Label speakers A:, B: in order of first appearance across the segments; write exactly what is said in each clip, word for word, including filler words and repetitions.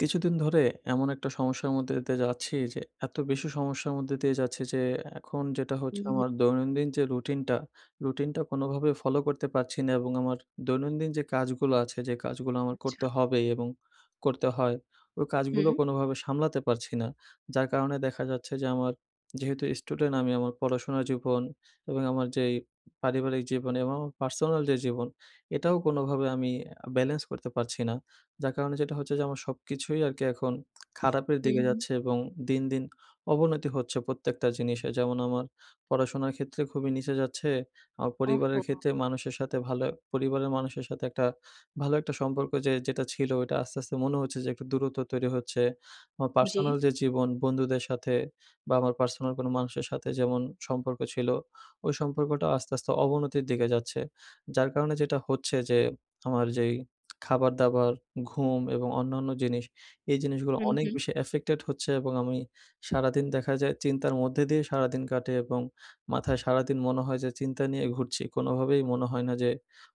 A: কিছুদিন ধরে এমন একটা সমস্যার মধ্যে দিয়ে যাচ্ছি যে এত বেশি সমস্যার মধ্যে দিয়ে যাচ্ছি যে এখন যেটা
B: হুম,
A: হচ্ছে,
B: হুম,
A: আমার দৈনন্দিন যে রুটিনটা, রুটিনটা কোনোভাবে ফলো করতে পারছি না এবং আমার দৈনন্দিন যে কাজগুলো আছে, যে কাজগুলো আমার
B: আচ্ছা।
A: করতে হবে এবং করতে হয়, ওই
B: হুম,
A: কাজগুলো কোনোভাবে সামলাতে পারছি না। যার কারণে দেখা যাচ্ছে যে আমার, যেহেতু স্টুডেন্ট আমি, আমার পড়াশোনার জীবন এবং আমার যেই পারিবারিক জীবন এবং আমার পার্সোনাল যে জীবন, এটাও কোনোভাবে আমি আ ব্যালেন্স করতে পারছি না। যার কারণে যেটা হচ্ছে যে আমার সবকিছুই আরকি এখন খারাপের
B: হুম,
A: দিকে
B: হুম।
A: যাচ্ছে এবং দিন, দিন অবনতি হচ্ছে প্রত্যেকটা জিনিসে। যেমন আমার পড়াশোনার ক্ষেত্রে খুবই নিচে যাচ্ছে। আমার পরিবারের
B: ওহহো!
A: ক্ষেত্রে মানুষের সাথে ভালো পরিবারের মানুষের সাথে একটা ভালো একটা সম্পর্ক যে যেটা ছিল, ওইটা আস্তে, আস্তে মনে হচ্ছে যে একটু দূরত্ব তৈরি হচ্ছে। আমার
B: জি।
A: পার্সোনাল যে জীবন, বন্ধুদের সাথে বা আমার পার্সোনাল কোনো মানুষের সাথে যেমন সম্পর্ক ছিল, ওই সম্পর্কটাও আস্তে, আস্তে অবনতির দিকে যাচ্ছে। যার কারণে যেটা হচ্ছে যে আমার যেই খাবার-দাবার, ঘুম এবং অন্যান্য জিনিস, এই জিনিসগুলো
B: হুম,
A: অনেক
B: হুম।
A: বেশি এফেক্টেড হচ্ছে এবং আমি সারাদিন দেখা যায় চিন্তার মধ্যে দিয়ে সারাদিন কাটে এবং মাথায় সারাদিন মনে হয় যে চিন্তা নিয়ে ঘুরছি। কোনোভাবেই মনে হয় না যে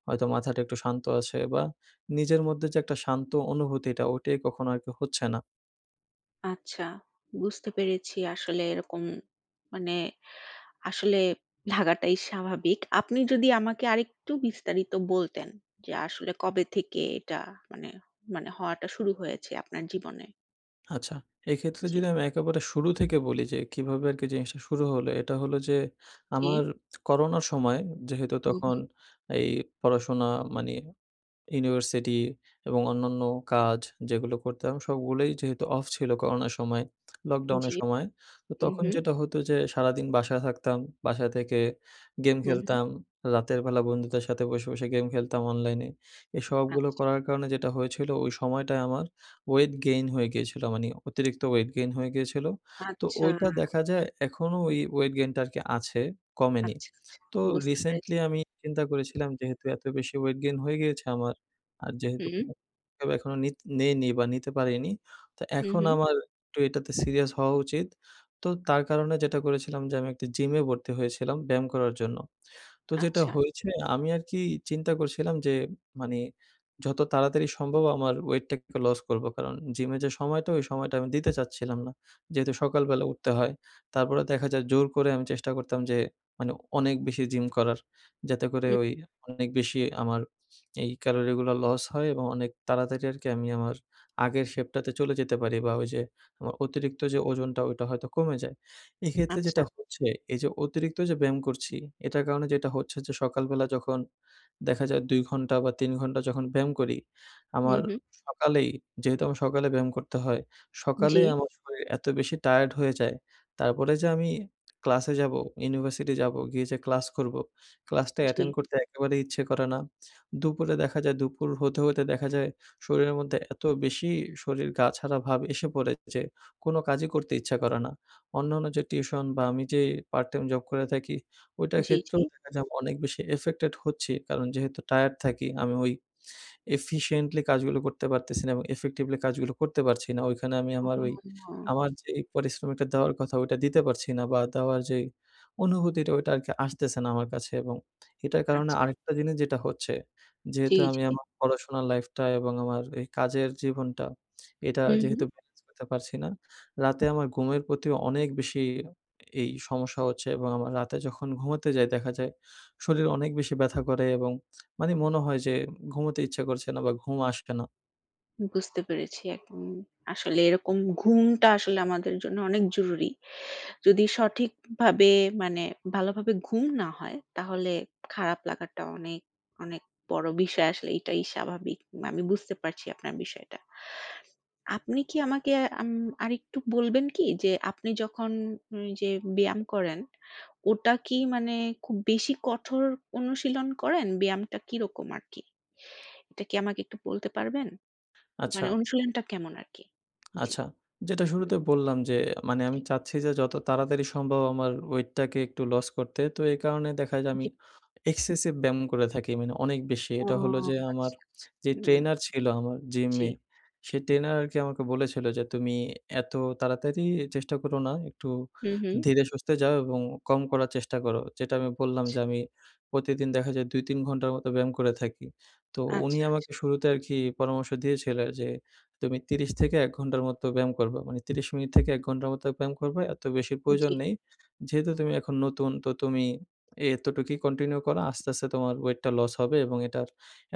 A: হয়তো মাথাটা একটু শান্ত আছে বা নিজের মধ্যে যে একটা শান্ত অনুভূতি, এটা ওইটাই কখনো আরকি হচ্ছে না।
B: আচ্ছা। বুঝতে পেরেছি আসলে এরকম মানে আসলে লাগাটাই স্বাভাবিক। আপনি যদি আমাকে আরেকটু বিস্তারিত বলতেন যে আসলে কবে থেকে এটা মানে মানে হওয়াটা শুরু হয়েছে আপনার জীবনে?
A: আচ্ছা, এক্ষেত্রে
B: জি,
A: যদি আমি একেবারে শুরু থেকে বলি যে কিভাবে আরকি জিনিসটা শুরু হলো, এটা হলো যে
B: জি।
A: আমার করোনার সময়, যেহেতু
B: হুম,
A: তখন
B: হুম।
A: এই পড়াশোনা, মানি ইউনিভার্সিটি এবং অন্যান্য কাজ, যেগুলো করতাম সবগুলোই যেহেতু অফ ছিল করোনার সময়,
B: জি।
A: লকডাউনের সময়। তো
B: হুম,
A: তখন
B: হুম।
A: যেটা হতো যে সারাদিন বাসায় থাকতাম। বাসা থেকে গেম
B: হুম, হুম।
A: খেলতাম। রাতের বেলা বন্ধুদের সাথে বসে, বসে গেম খেলতাম অনলাইনে। এই সবগুলো
B: আচ্ছা,
A: করার কারণে যেটা হয়েছিল, ওই সময়টায় আমার ওয়েট গেইন হয়ে গিয়েছিল। মানে অতিরিক্ত ওয়েট গেইন হয়ে গিয়েছিল। তো
B: আচ্ছা,
A: ওইটা দেখা যায় এখনো ওই ওয়েট গেইনটা আরকি আছে, কমেনি।
B: আচ্ছা, আচ্ছা।
A: তো
B: বুঝতে পেরেছি।
A: রিসেন্টলি আমি চিন্তা করেছিলাম, যেহেতু এত বেশি ওয়েট গেইন হয়ে গিয়েছে আমার, আর যেহেতু
B: হুম,
A: কোনো এভাবে এখনো নিত নেইনি বা নিতে পারিনি, তো
B: হুম,
A: এখন
B: হুম।
A: আমার একটু এটাতে সিরিয়াস হওয়া উচিত। তো তার কারণে যেটা করেছিলাম যে, আমি একটা জিমে ভর্তি হয়েছিলাম ব্যায়াম করার জন্য। তো যেটা
B: আচ্ছা।
A: হয়েছে, আমি আরকি চিন্তা করছিলাম যে, মানে যত তাড়াতাড়ি সম্ভব আমার ওয়েটটাকে লস করব। কারণ জিমে যে সময়টা, ওই সময়টা আমি দিতে চাচ্ছিলাম না। যেহেতু সকালবেলা উঠতে হয়। তারপরে দেখা যায় জোর করে আমি চেষ্টা করতাম যে, মানে অনেক বেশি জিম করার। যাতে করে
B: হুম,
A: ওই অনেক বেশি আমার এই ক্যালোরিগুলা লস হয় এবং অনেক তাড়াতাড়ি আরকি আমি আমার আগের শেপটাতে চলে যেতে পারি বা ওই যে আমার অতিরিক্ত যে ওজনটা, ওইটা হয়তো কমে যায়। এক্ষেত্রে
B: আচ্ছা।
A: যেটা হচ্ছে, এই যে অতিরিক্ত যে ব্যায়াম করছি, এটার কারণে যেটা হচ্ছে যে সকালবেলা যখন দেখা যায় দুই ঘন্টা বা তিন ঘন্টা যখন ব্যায়াম করি,
B: হুম,
A: আমার
B: হুম।
A: সকালেই, যেহেতু আমার সকালে ব্যায়াম করতে হয়, সকালে
B: জি,
A: আমার শরীর এত বেশি টায়ার্ড হয়ে যায়। তারপরে যে আমি ক্লাসে যাবো, ইউনিভার্সিটি যাবো, গিয়ে যে ক্লাস করব, ক্লাসটা
B: জি।
A: অ্যাটেন্ড করতে একেবারেই ইচ্ছে করে না। দুপুরে দেখা যায় দুপুর হতে, হতে দেখা যায় শরীরের মধ্যে এত বেশি শরীর গা ছাড়া ভাব এসে পড়ে যে কোনো কাজই করতে ইচ্ছা করে না। অন্যান্য যে টিউশন বা আমি যে পার্ট টাইম জব করে থাকি, ওইটার
B: জি, জি।
A: ক্ষেত্রেও দেখা যায় আমি অনেক বেশি এফেক্টেড হচ্ছি। কারণ যেহেতু টায়ারড থাকি, আমি ওই এফিশিয়েন্টলি কাজগুলো করতে পারতেছি না এবং effectively কাজগুলো করতে পারছি না। ওইখানে আমি
B: ও
A: আমার ওই আমার যেই পরিশ্রমটা দেওয়ার কথা, ওইটা দিতে পারছি না বা দেওয়ার যেই অনুভূতিটা, ওইটা আরকি আসতেছে না আমার কাছে। এবং এটার কারণে
B: আচ্ছা।
A: আরেকটা জিনিস যেটা হচ্ছে,
B: জি,
A: যেহেতু
B: জি।
A: আমি আমার পড়াশোনার লাইফটা এবং আমার এই কাজের জীবনটা, এটা
B: হুম, হুম।
A: যেহেতু ব্যালেন্স করতে পারছি না, রাতে আমার ঘুমের প্রতিও অনেক বেশি এই সমস্যা হচ্ছে এবং আমার রাতে যখন ঘুমাতে যাই, দেখা যায় শরীর অনেক বেশি ব্যথা করে এবং মানে মনে হয় যে ঘুমোতে ইচ্ছা করছে না বা ঘুম আসছে না।
B: বুঝতে পেরেছি একদম। আসলে এরকম ঘুমটা আসলে আমাদের জন্য অনেক জরুরি। যদি সঠিকভাবে মানে ভালোভাবে ঘুম না হয় তাহলে খারাপ লাগাটা অনেক, অনেক বড় বিষয় আসলে এটাই স্বাভাবিক। আমি বুঝতে পারছি আপনার বিষয়টা। আপনি কি আমাকে আম আরেকটু বলবেন কি যে আপনি যখন ওই যে ব্যায়াম করেন, ওটা কি মানে খুব বেশি কঠোর অনুশীলন করেন? ব্যায়ামটা কিরকম আরকি? এটা কি আমাকে একটু বলতে পারবেন? মানে
A: আচ্ছা।
B: অনুশীলনটা কেমন আরকি? জি,
A: আচ্ছা, যেটা
B: হুম,
A: শুরুতে বললাম যে, মানে
B: জি,
A: আমি চাচ্ছি যে যত তাড়াতাড়ি সম্ভব আমার ওয়েটটাকে একটু লস করতে। তো এই কারণে দেখা যায় আমি
B: জি।
A: এক্সেসিভ ব্যায়াম করে থাকি। মানে অনেক বেশি।
B: ও
A: এটা হলো যে আমার
B: আচ্ছা, আচ্ছা।
A: যে
B: হুম,
A: ট্রেনার ছিল আমার
B: জি।
A: জিমে, সে ট্রেনার আরকি আমাকে বলেছিল যে, "তুমি এত তাড়াতাড়ি চেষ্টা করো না। একটু
B: হুম, হুম।
A: ধীরে সুস্থে যাও এবং কম করার চেষ্টা করো।" যেটা আমি বললাম যে আমি প্রতিদিন দেখা যায় দুই তিন ঘন্টার মতো ব্যায়াম করে থাকি। তো উনি
B: আচ্ছা, আচ্ছা।
A: আমাকে শুরুতে আরকি পরামর্শ দিয়েছিলেন যে, তুমি ত্রিশ থেকে এক ঘন্টার মতো ব্যায়াম করবা। মানে ত্রিশ মিনিট থেকে এক ঘন্টার মতো ব্যায়াম করবা। এত বেশি প্রয়োজন
B: জি,
A: নেই। যেহেতু তুমি এখন নতুন, তো তুমি এতটুকুই কন্টিনিউ করো। আস্তে, আস্তে তোমার ওয়েটটা লস হবে এবং এটার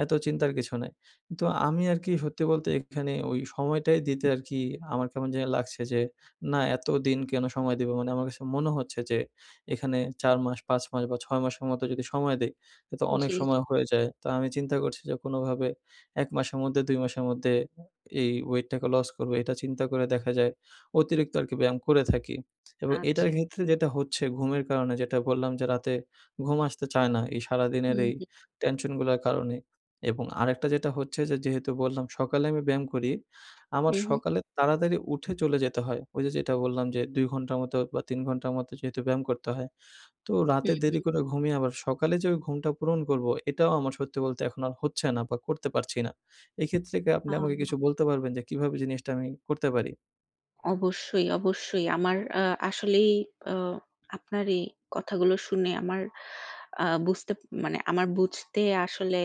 A: এত চিন্তার কিছু নাই। তো আমি আরকি সত্যি বলতে এখানে ওই সময়টাই দিতে আরকি আমার কেমন জানি লাগছে যে, না এতদিন কেন সময় দিব? মানে আমার কাছে মনে হচ্ছে যে এখানে চার মাস, পাঁচ মাস বা ছয় মাসের মতো যদি সময় দেই, তো অনেক
B: জি, জি।
A: সময় হয়ে যায়। তো আমি চিন্তা করছি যে কোনোভাবে এক মাসের মধ্যে, দুই মাসের মধ্যে এই ওয়েটটাকে লস করব, এটা চিন্তা করে দেখা যায় অতিরিক্ত আরকি ব্যায়াম করে থাকি। এবং এটার
B: আচ্ছা।
A: ক্ষেত্রে যেটা হচ্ছে ঘুমের কারণে, যেটা বললাম যে রাতে ঘুম আসতে চায় না এই সারাদিনের
B: হুম,
A: এই
B: হুম,
A: টেনশনগুলার কারণে। এবং আরেকটা যেটা হচ্ছে যে যেহেতু বললাম সকালে আমি ব্যায়াম করি, আমার
B: হুম, হুম,
A: সকালে তাড়াতাড়ি উঠে চলে যেতে হয়। ওই যে যেটা বললাম যে দুই ঘন্টার মতো বা তিন ঘন্টার মতো যেহেতু ব্যায়াম করতে হয়। তো রাতে
B: হুম,
A: দেরি
B: হুম।
A: করে ঘুমিয়ে আবার সকালে যে ওই ঘুমটা পূরণ করব, এটাও আমার সত্যি বলতে এখন আর হচ্ছে না বা করতে পারছি না। এক্ষেত্রে কি
B: আ
A: আপনি আমাকে কিছু বলতে পারবেন যে কিভাবে জিনিসটা আমি করতে পারি?
B: অবশ্যই, অবশ্যই। আমার আ আসলেই আ আপনার এই কথাগুলো শুনে আমার আ বুঝতে মানে আমার বুঝতে আসলে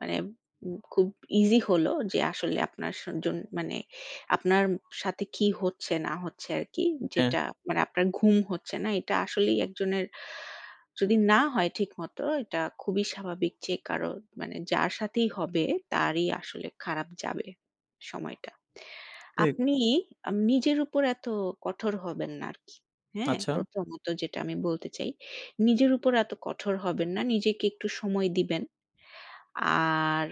B: মানে উম খুব ইজি হলো যে আসলে আপনার স জন মানে আপনার সাথে কি হচ্ছে না হচ্ছে আরকি।
A: হ্যাঁ,
B: যেটা মানে আপনার ঘুম হচ্ছে না। এটা আসলেই একজনের যদি না হয় ঠিকমতো এটা খুবই স্বাভাবিক যে কারো মানে যার সাথেই হবে তারই আসলে খারাপ যাবে সময়টা।
A: ঠিক।
B: আপনি আ নিজের উপর এত কঠোর হবেন না আরকি। হ্যাঁ?
A: আচ্ছা,
B: প্রথমত যেটা আমি বলতে চাই, নিজের উপর এত কঠোর হবেন না। নিজেকে একটু সময় দিবেন। আর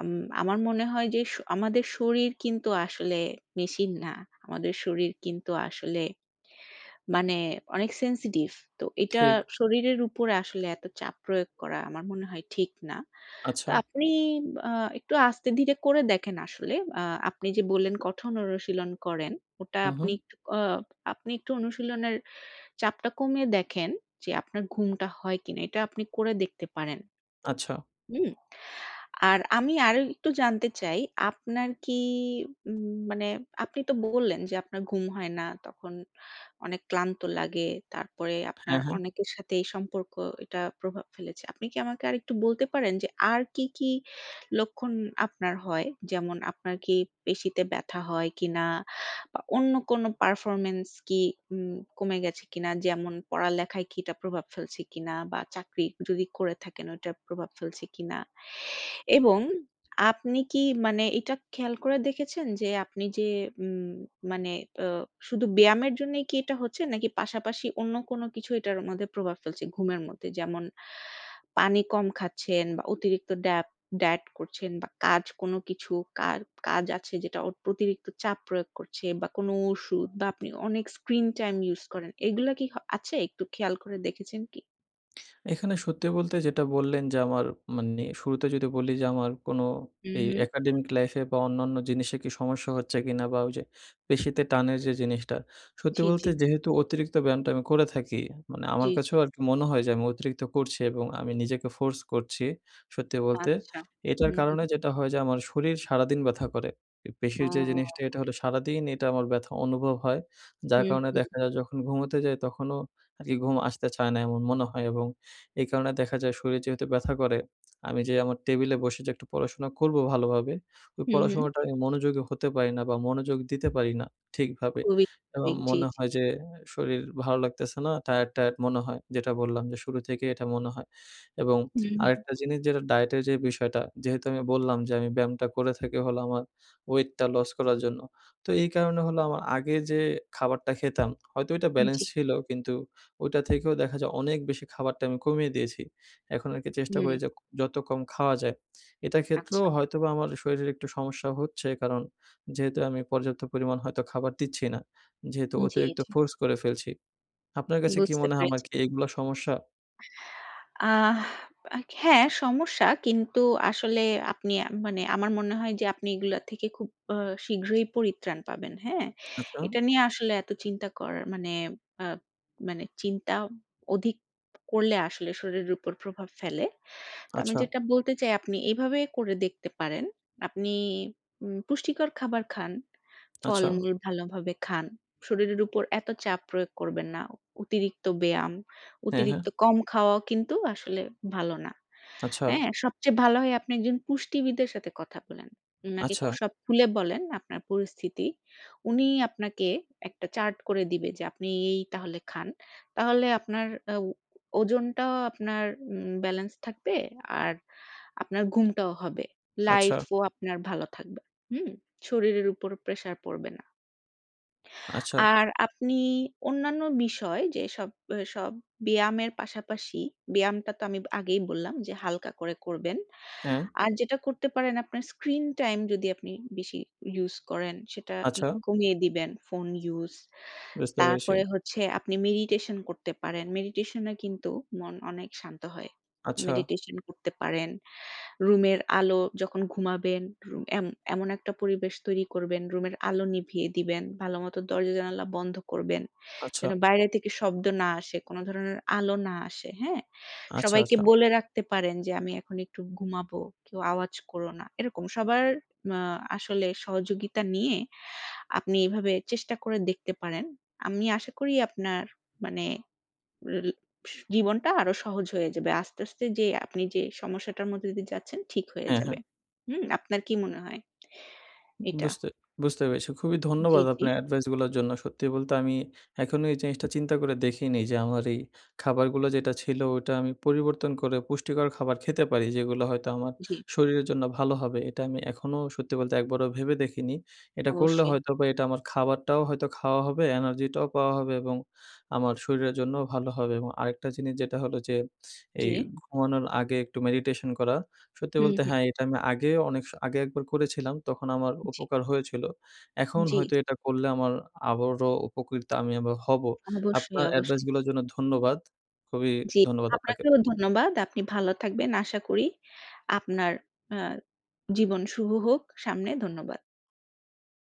B: আম আমার মনে হয় যে স আমাদের শরীর কিন্তু আসলে মেশিন না। আমাদের শরীর কিন্তু আসলে মানে অনেক সেনসিটিভ। তো এটা
A: ঠিক।
B: শরীরের উপরে আসলে এত চাপ প্রয়োগ করা আমার মনে হয় ঠিক না। তো
A: আচ্ছা।
B: আপনি আ একটু আস্তে ধীরে করে দেখেন আসলে। আ আপনি যে বললেন কঠোর অনুশীলন করেন, ওটা
A: হু, হু।
B: আপনি একটু আ আপনি একটু অনুশীলনের চাপটা কমিয়ে দেখেন যে আপনার ঘুমটা হয় কিনা। এটা আপনি করে দেখতে পারেন।
A: আচ্ছা।
B: হুম? আর আমি আরো একটু জানতে চাই, আপনার কি উম মানে আপনি তো বললেন যে আপনার ঘুম হয় না, তখন অনেক ক্লান্ত লাগে। তারপরে আপনার
A: হ্যাঁ, হ্যাঁ।
B: অনেকের সাথে এই সম্পর্ক এটা প্রভাব ফেলেছে। আপনি কি আমাকে আরেকটু বলতে পারেন যে আর কি, কি লক্ষণ আপনার হয়? যেমন আপনার কি পেশিতে ব্যথা হয় কিনা? বা অন্য কোনো পারফরম্যান্স কি উম কমে গেছে কিনা? যেমন পড়ালেখায় কি এটা প্রভাব ফেলছে কিনা? বা চাকরি যদি করে থাকেন ওইটার প্রভাব ফেলছে কিনা? এবং আপনি কি মানে এটা খেয়াল করে দেখেছেন যে আপনি যে উম মানে আ শুধু ব্যায়ামের জন্যই কি এটা হচ্ছে? নাকি পাশাপাশি অন্য কোনো কিছু এটার মধ্যে প্রভাব ফেলছে ঘুমের মধ্যে? যেমন পানি কম খাচ্ছেন বা অতিরিক্ত ড্যাপ ডায়েট করছেন বা কাজ কোনো কিছু কার কাজ আছে যেটা অ অতিরিক্ত চাপ প্রয়োগ করছে বা কোনো ওষুধ বা আপনি অনেক স্ক্রিন টাইম ইউজ করেন। এগুলা কি হ আছে? একটু খেয়াল করে দেখেছেন কি?
A: এখানে সত্যি বলতে যেটা বললেন যে আমার, মানে শুরুতে যদি বলি যে আমার কোনো
B: হুম,
A: এই
B: হুম।
A: একাডেমিক লাইফে বা অন্যান্য জিনিসে কি সমস্যা হচ্ছে কিনা বা ওই যে পেশিতে টানের যে জিনিসটা। সত্যি
B: জি, জি।
A: বলতে যেহেতু অতিরিক্ত ব্যায়ামটা আমি করে থাকি, মানে আমার
B: জি, জি।
A: কাছেও আরকি মনে হয় যে আমি অতিরিক্ত করছি এবং আমি নিজেকে ফোর্স করছি সত্যি বলতে।
B: আচ্ছা।
A: এটার
B: হুম, হুম।
A: কারণে যেটা হয় যে আমার শরীর সারাদিন ব্যথা করে। এ পেশির যে জিনিসটা,
B: ও।
A: এটা হলো সারাদিন এটা আমার ব্যথা অনুভব হয়। যার
B: হুম,
A: কারণে
B: হুম।
A: দেখা যায় যখন ঘুমোতে যাই, তখনও আরকি ঘুম আসতে চায় না এমন মনে হয় এবং এই কারণে দেখা যায় শরীরে যেহেতু ব্যথা করে, আমি যে আমার টেবিলে বসে যে একটু পড়াশোনা করব ভালোভাবে, ওই
B: হুম, হুম।
A: পড়াশোনাটা আমি মনোযোগী হতে পারি না বা মনোযোগ দিতে পারি না ঠিকভাবে।
B: খুবই
A: এবং
B: স্বাভাবিক। জি,
A: মনে
B: জি।
A: হয় যে শরীর ভালো লাগতেছে না, টায়ার্ড, টায়ার্ড মনে হয়। যেটা বললাম যে শুরু থেকেই এটা মনে হয়। এবং
B: হুম, হুম।
A: আরেকটা জিনিস যেটা ডায়েটের যে বিষয়টা, যেহেতু আমি বললাম যে আমি ব্যায়ামটা করে থাকি হলো আমার ওয়েটটা লস করার জন্য। তো এই কারণে হলো আমার আগে যে খাবারটা খেতাম, হয়তো এটা ব্যালেন্স
B: জি।
A: ছিল, কিন্তু ওইটা থেকেও দেখা যায় অনেক বেশি খাবারটা আমি কমিয়ে দিয়েছি। এখন আরকি চেষ্টা
B: হুম।
A: করি যে যত কম খাওয়া যায়। এটা ক্ষেত্রেও
B: আচ্ছা।
A: হয়তোবা আমার শরীরের একটু সমস্যা হচ্ছে, কারণ যেহেতু আমি পর্যাপ্ত পরিমাণ হয়তো খাবার দিচ্ছি না। যেহেতু
B: জি,
A: অতিরিক্ত
B: জি।
A: ফোর্স করে ফেলছি। আপনার কাছে কি
B: বুঝতে
A: মনে হয় আমার
B: পেরেছি।
A: কি এগুলা সমস্যা?
B: আহ হ্যাঁ, সমস্যা কিন্তু আসলে আপনি মানে আমার মনে হয় যে আপনি এগুলা থেকে খুব আ শীঘ্রই পরিত্রাণ পাবেন। হ্যাঁ?
A: আচ্ছা,
B: এটা নিয়ে আসলে এত চিন্তা করার মানে আ মানে চিন্তা অধিক করলে আসলে শরীরের উপর প্রভাব ফেলে। তো আমি
A: আচ্ছা,
B: যেটা বলতে চাই আপনি এভাবে করে দেখতে পারেন। আপনি উম পুষ্টিকর খাবার খান,
A: আচ্ছা।
B: ফলমূল ভালোভাবে খান। শরীরের উপর এত চাপ প্রয়োগ করবেন না। অতিরিক্ত ব্যায়াম,
A: হ্যাঁ, হ্যাঁ।
B: অতিরিক্ত কম খাওয়াও কিন্তু আসলে ভালো না।
A: আচ্ছা,
B: হ্যাঁ, সবচেয়ে ভালো হয় আপনি একজন পুষ্টিবিদের সাথে কথা বলেন। উনাকে
A: আচ্ছা,
B: খু সব খুলে বলেন আপনার পরিস্থিতি। উনি আপনাকে একটা চার্ট করে দিবে যে আপনি এই তাহলে খান। তাহলে আপনার আ ও ওজনটাও আপনার উম ব্যালেন্স থাকবে আর আপনার ঘুমটাও হবে।
A: আচ্ছা,
B: লাইফ ও আপনার ভালো থাকবে। হুম? শরীরের উপর প্রেশার পড়বে না।
A: আচ্ছা।
B: আর আপনি অন্যান্য বিষয় যে সব সব ব্যায়ামের পাশাপাশি ব্যায়ামটা তো আমি আগেই বললাম যে হালকা করে করবেন।
A: হ্যাঁ,
B: আর যেটা করতে পারেন আপনার স্ক্রিন টাইম যদি আপনি বেশি ইউজ করেন সেটা ই
A: আচ্ছা।
B: কমিয়ে দিবেন ফোন ইউজ।
A: বুঝতে পেরেছি।
B: তারপরে হচ্ছে আপনি মেডিটেশন করতে পারেন। মেডিটেশন এ কিন্তু মন অনেক শান্ত হয়।
A: আচ্ছা,
B: মেডিটেশন করতে পারেন। রুমের আলো যখন ঘুমাবেন, রুম এম এমন একটা পরিবেশ তৈরি করবেন, রুমের আলো নিভিয়ে দিবেন, ভালোমতো দরজা-জানালা বন্ধ করবেন।
A: আচ্ছা,
B: যেন বাইরে থেকে শব্দ না আসে, কোনো ধরনের আলো না আসে, হ্যাঁ?
A: আচ্ছা,
B: সবাইকে
A: আচ্ছা।
B: বলে রাখতে পারেন যে, "আমি এখন একটু ঘুমাবো, কেউ আওয়াজ করো না।" এরকম সবার মা আসলে সহযোগিতা নিয়ে আপনি এভাবে চেষ্টা করে দেখতে পারেন। আমি আশা করি আপনার মানে রিল জীবনটা আরো সহজ হয়ে যাবে। আস্তে, আস্তে যে আপনি যে সমস্যাটার মধ্যে দিয়ে যাচ্ছেন ঠিক হয়ে
A: হ্যাঁ,
B: যাবে।
A: হ্যাঁ।
B: হুম? আপনার কি মনে হয় এটা?
A: বুঝতে বুঝতে পেরেছি। খুবই
B: জি,
A: ধন্যবাদ
B: জি,
A: আপনার অ্যাডভাইস গুলোর জন্য। সত্যি বলতে আমি এখনো এই জিনিসটা চিন্তা করে দেখিনি যে আমার এই খাবারগুলো যেটা ছিল, ওটা আমি পরিবর্তন করে পুষ্টিকর খাবার খেতে পারি, যেগুলো হয়তো আমার
B: জি,
A: শরীরের জন্য ভালো হবে। এটা আমি এখনো সত্যি বলতে একবারও ভেবে দেখিনি। এটা করলে
B: অবশ্যই।
A: হয়তোবা এটা আমার খাবারটাও হয়তো খাওয়া হবে, এনার্জিটাও পাওয়া হবে এবং আমার শরীরের জন্যও ভালো হবে। এবং আরেকটা জিনিস যেটা হলো যে
B: জি।
A: এই ঘুমানোর আগে একটু মেডিটেশন করা। সত্যি
B: হুম,
A: বলতে
B: হুম।
A: হ্যাঁ, এটা আমি আগে অনেক স আগে একবার করেছিলাম। তখন আমার
B: জি,
A: উপকার হয়েছিল। এখন
B: জি,
A: হয়তো এটা করলে আমার আবারও উপকৃত আমি আবার হব।
B: অবশ্যই,
A: আপনার এডভাইস
B: অবশ্যই।
A: গুলোর জন্য ধন্যবাদ। খুবই
B: জি,
A: ধন্যবাদ আপনাকে।
B: আপনাকেও ধন্যবাদ। আপনি ভালো থাকবেন। আশা করি আপনার আ জীবন শুভ হোক সামনে। ধন্যবাদ।